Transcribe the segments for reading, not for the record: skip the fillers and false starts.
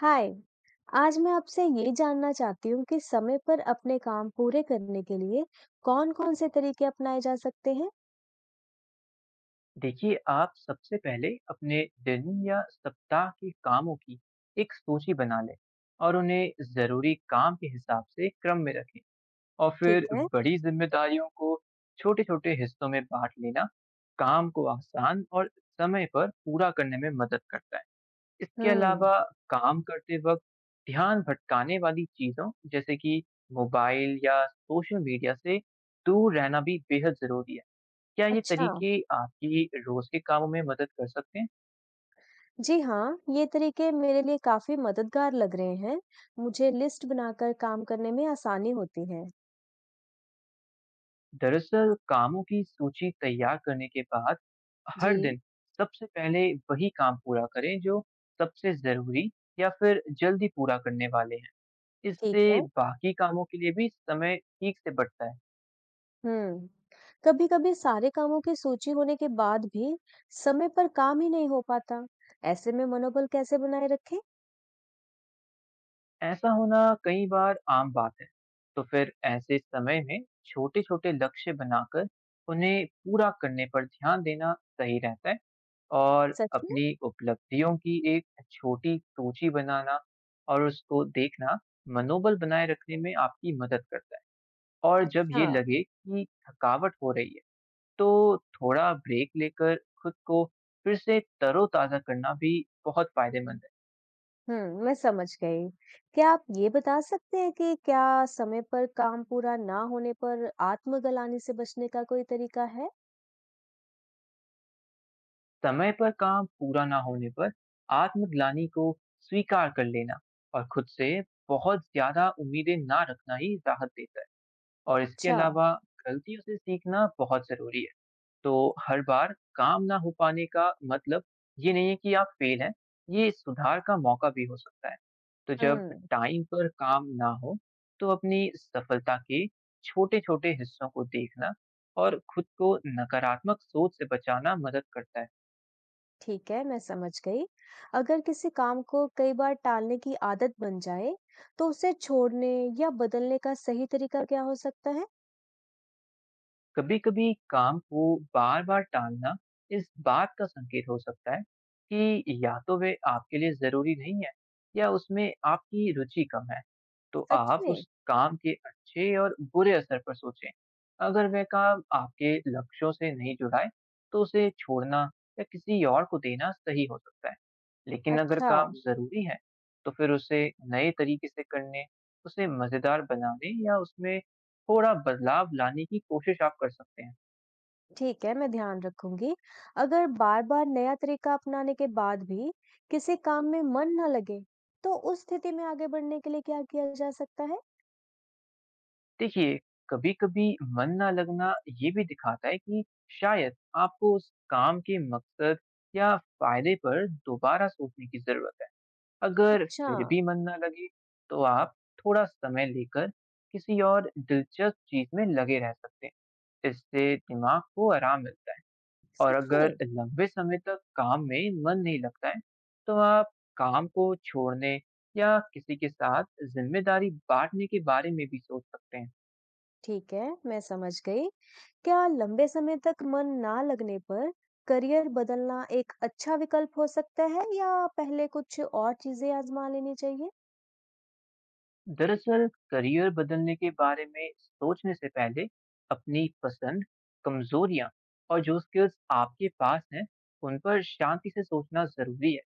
हाय। आज मैं आपसे ये जानना चाहती हूँ कि समय पर अपने काम पूरे करने के लिए कौन-कौन से तरीके अपनाए जा सकते हैं? देखिए, आप सबसे पहले अपने दिन या सप्ताह के कामों की एक सूची बना लें और उन्हें जरूरी काम के हिसाब से क्रम में रखें। और ठीक फिर है। बड़ी जिम्मेदारियों को छोटे छोटे हिस्सों में बांट लेना काम को आसान और समय पर पूरा करने में मदद करता है। इसके हम्म। अलावा, काम करते वक्त ध्यान भटकाने वाली चीजों जैसे कि मोबाइल या सोशल मीडिया से दूर रहना भी बेहद जरूरी है। क्या ये अच्छा। तरीके आपकी रोज के कामों में मदद कर सकते हैं? जी हाँ, ये तरीके मेरे लिए काफ़ी मददगार लग रहे हैं। मुझे लिस्ट बनाकर काम करने में आसानी होती है। दरअसल, कामों की सूची तैयार करने के बाद हर जी। दिन सबसे पहले वही काम पूरा करें जो सबसे जरूरी या फिर जल्दी पूरा करने वाले हैं। ठीक है। इससे बाकी कामों के लिए भी समय ठीक से बचता है। हम्म, कभी-कभी सारे कामों की सूची होने के बाद भी समय पर काम ही नहीं हो पाता। ऐसे में मनोबल कैसे बनाए रखें? ऐसा होना कई बार आम बात है। तो फिर ऐसे समय में छोटे-छोटे लक्ष्य बनाकर उन्हें पूरा करने पर ध्यान देना सही रहता है। और सच में? अपनी उपलब्धियों की एक छोटी सूची बनाना और उसको देखना मनोबल बनाए रखने में आपकी मदद करता है। और जब अच्छा। ये लगे कि थकावट हो रही है, तो थोड़ा ब्रेक लेकर खुद को फिर से तरोताज़ा करना भी बहुत फायदेमंद है। हुँ, मैं समझ गई। क्या आप ये बता सकते हैं कि क्या समय पर काम पूरा ना होने पर आत्मग्लानि से बचने का कोई तरीका है? समय पर काम पूरा ना होने पर आत्मग्लानि को स्वीकार कर लेना और खुद से बहुत ज़्यादा उम्मीदें ना रखना ही राहत देता है। और इसके अच्छा। अलावा गलतियों से सीखना बहुत ज़रूरी है। तो हर बार काम ना हो पाने का मतलब ये नहीं है कि आप फेल हैं, ये सुधार का मौका भी हो सकता है। तो जब हुँ। टाइम पर काम ना हो, तो अपनी सफलता के छोटे-छोटे हिस्सों को देखना और खुद को नकारात्मक सोच से बचाना मदद करता है। ठीक है, मैं समझ गई। अगर किसी काम को कई बार टालने की आदत बन जाए, तो उसे छोड़ने या बदलने का सही तरीका क्या हो सकता है? कभी कभी काम को बार बार टालना इस बात का संकेत हो सकता है कि या तो वे आपके लिए जरूरी नहीं है या उसमें आपकी रुचि कम है। तो सच आप में? उस काम के अच्छे और बुरे असर पर सोचें। अगर वह काम आपके लक्ष्यों से नहीं जुड़ा है, तो उसे छोड़ना या किसी और को देना सही हो सकता है। लेकिन अगर अच्छा। काम ज़रूरी है, तो फिर उसे नए तरीके से करने, उसे मज़ेदार बनाने या उसमें थोड़ा बदलाव लाने की कोशिश आप कर सकते हैं। ठीक है, मैं ध्यान रखूंगी। अगर बार बार नया तरीका अपनाने के बाद भी किसी काम में मन ना लगे तो उस स्थिति में आगे बढ़ने के लिए क्या किया जा सकता है? देखिए, कभी-कभी मन ना लगना ये भी दिखाता है कि शायद आपको उस काम के मकसद या फ़ायदे पर दोबारा सोचने की ज़रूरत है। अगर अच्छा। फिर भी मन ना लगे, तो आप थोड़ा समय लेकर किसी और दिलचस्प चीज़ में लगे रह सकते हैं। इससे दिमाग को आराम मिलता है। और सच में। अगर लंबे समय तक काम में मन नहीं लगता है, तो आप काम को छोड़ने या किसी के साथ जिम्मेदारी बांटने के बारे में भी सोच सकते हैं। ठीक है, मैं समझ गई। क्या लंबे समय तक मन ना लगने पर करियर बदलना एक अच्छा विकल्प हो सकता है या पहले कुछ और चीजें आजमा लेनी चाहिए? दरअसल, करियर बदलने के बारे में सोचने से पहले अपनी पसंद, कमजोरियां और जो स्किल्स आपके पास हैं, उन पर शांति से सोचना जरूरी है।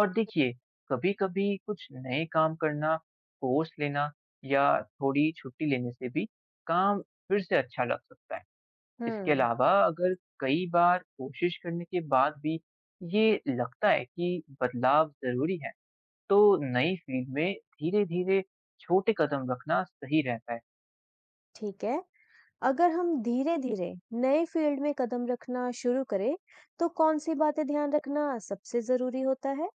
और देखिए, कभी-कभी कुछ नए काम करना, कोर्स लेना या थोड़ी छुट्टी लेने से भी काम फिर से अच्छा लग सकता है। इसके हम्म। अलावा अगर कई बार कोशिश करने के बाद भी ये लगता है कि बदलाव ज़रूरी है, तो नई फील्ड में धीरे-धीरे छोटे कदम रखना सही रहता है। ठीक है। अगर हम धीरे-धीरे नए फील्ड में कदम रखना शुरू करें, तो कौन सी बातें ध्यान रखना सबसे जरूरी होता है?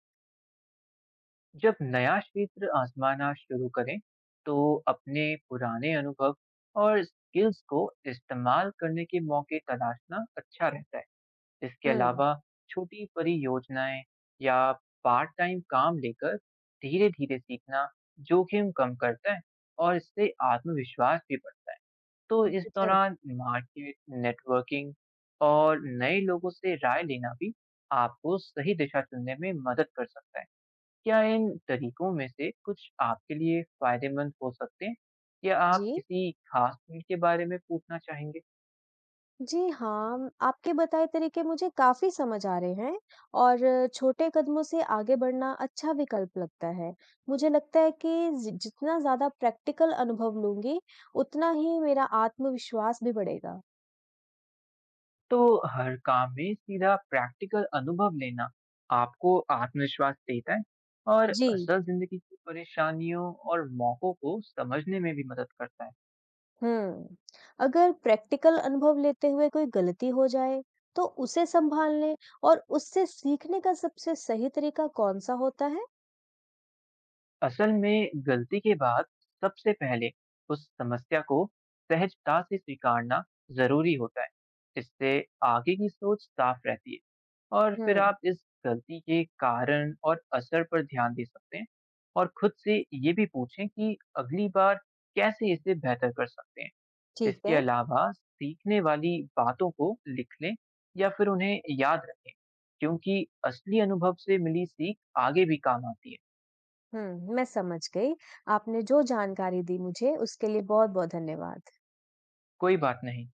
जब नया क्षेत्र आज़माना शुरू करें, तो अपने पुराने अनुभव और स्किल्स को इस्तेमाल करने के मौके तलाशना अच्छा रहता है। इसके हम्म। अलावा छोटी परियोजनाएं या पार्ट टाइम काम लेकर धीरे धीरे सीखना जोखिम कम करता है और इससे आत्मविश्वास भी बढ़ता है। तो इस दिलचस्प। दौरान मार्केट, नेटवर्किंग और नए लोगों से राय लेना भी आपको सही दिशा चुनने में मदद कर सकता है। क्या इन तरीकों में से कुछ आपके लिए फायदेमंद हो सकते हैं या आप जी। किसी खास फील्ड के बारे में पूछना चाहेंगे? जी हाँ, आपके बताए तरीके मुझे काफी समझ आ रहे हैं और छोटे कदमों से आगे बढ़ना अच्छा विकल्प लगता है। मुझे लगता है कि जितना ज्यादा प्रैक्टिकल अनुभव लूंगी उतना ही मेरा आत्मविश्वास भी बढ़ेगा। तो हर काम में सीधा प्रैक्टिकल अनुभव लेना आपको आत्मविश्वास देता है और जी। असल जिंदगी की परेशानियों और मौकों को समझने में भी मदद करता है। हम्म। अगर प्रैक्टिकल अनुभव लेते हुए कोई गलती हो जाए तो उसे संभालने और उससे सीखने का सबसे सही तरीका कौन सा होता है? असल में गलती के बाद सबसे पहले उस समस्या को सहजता से स्वीकारना जरूरी होता है। इससे आगे की सोच साफ रहती है और फिर हम्म। आप इस गलती के कारण और असर पर ध्यान दे सकते हैं। और खुद से ये भी पूछें कि अगली बार कैसे इसे बेहतर कर सकते हैं। ठीक इसके है। अलावा सीखने वाली बातों को लिख लें या फिर उन्हें याद रखें, क्योंकि असली अनुभव से मिली सीख आगे भी काम आती है। हम्म, मैं समझ गई। आपने जो जानकारी दी मुझे, उसके लिए बहुत बहुत धन्यवाद। कोई बात नहीं।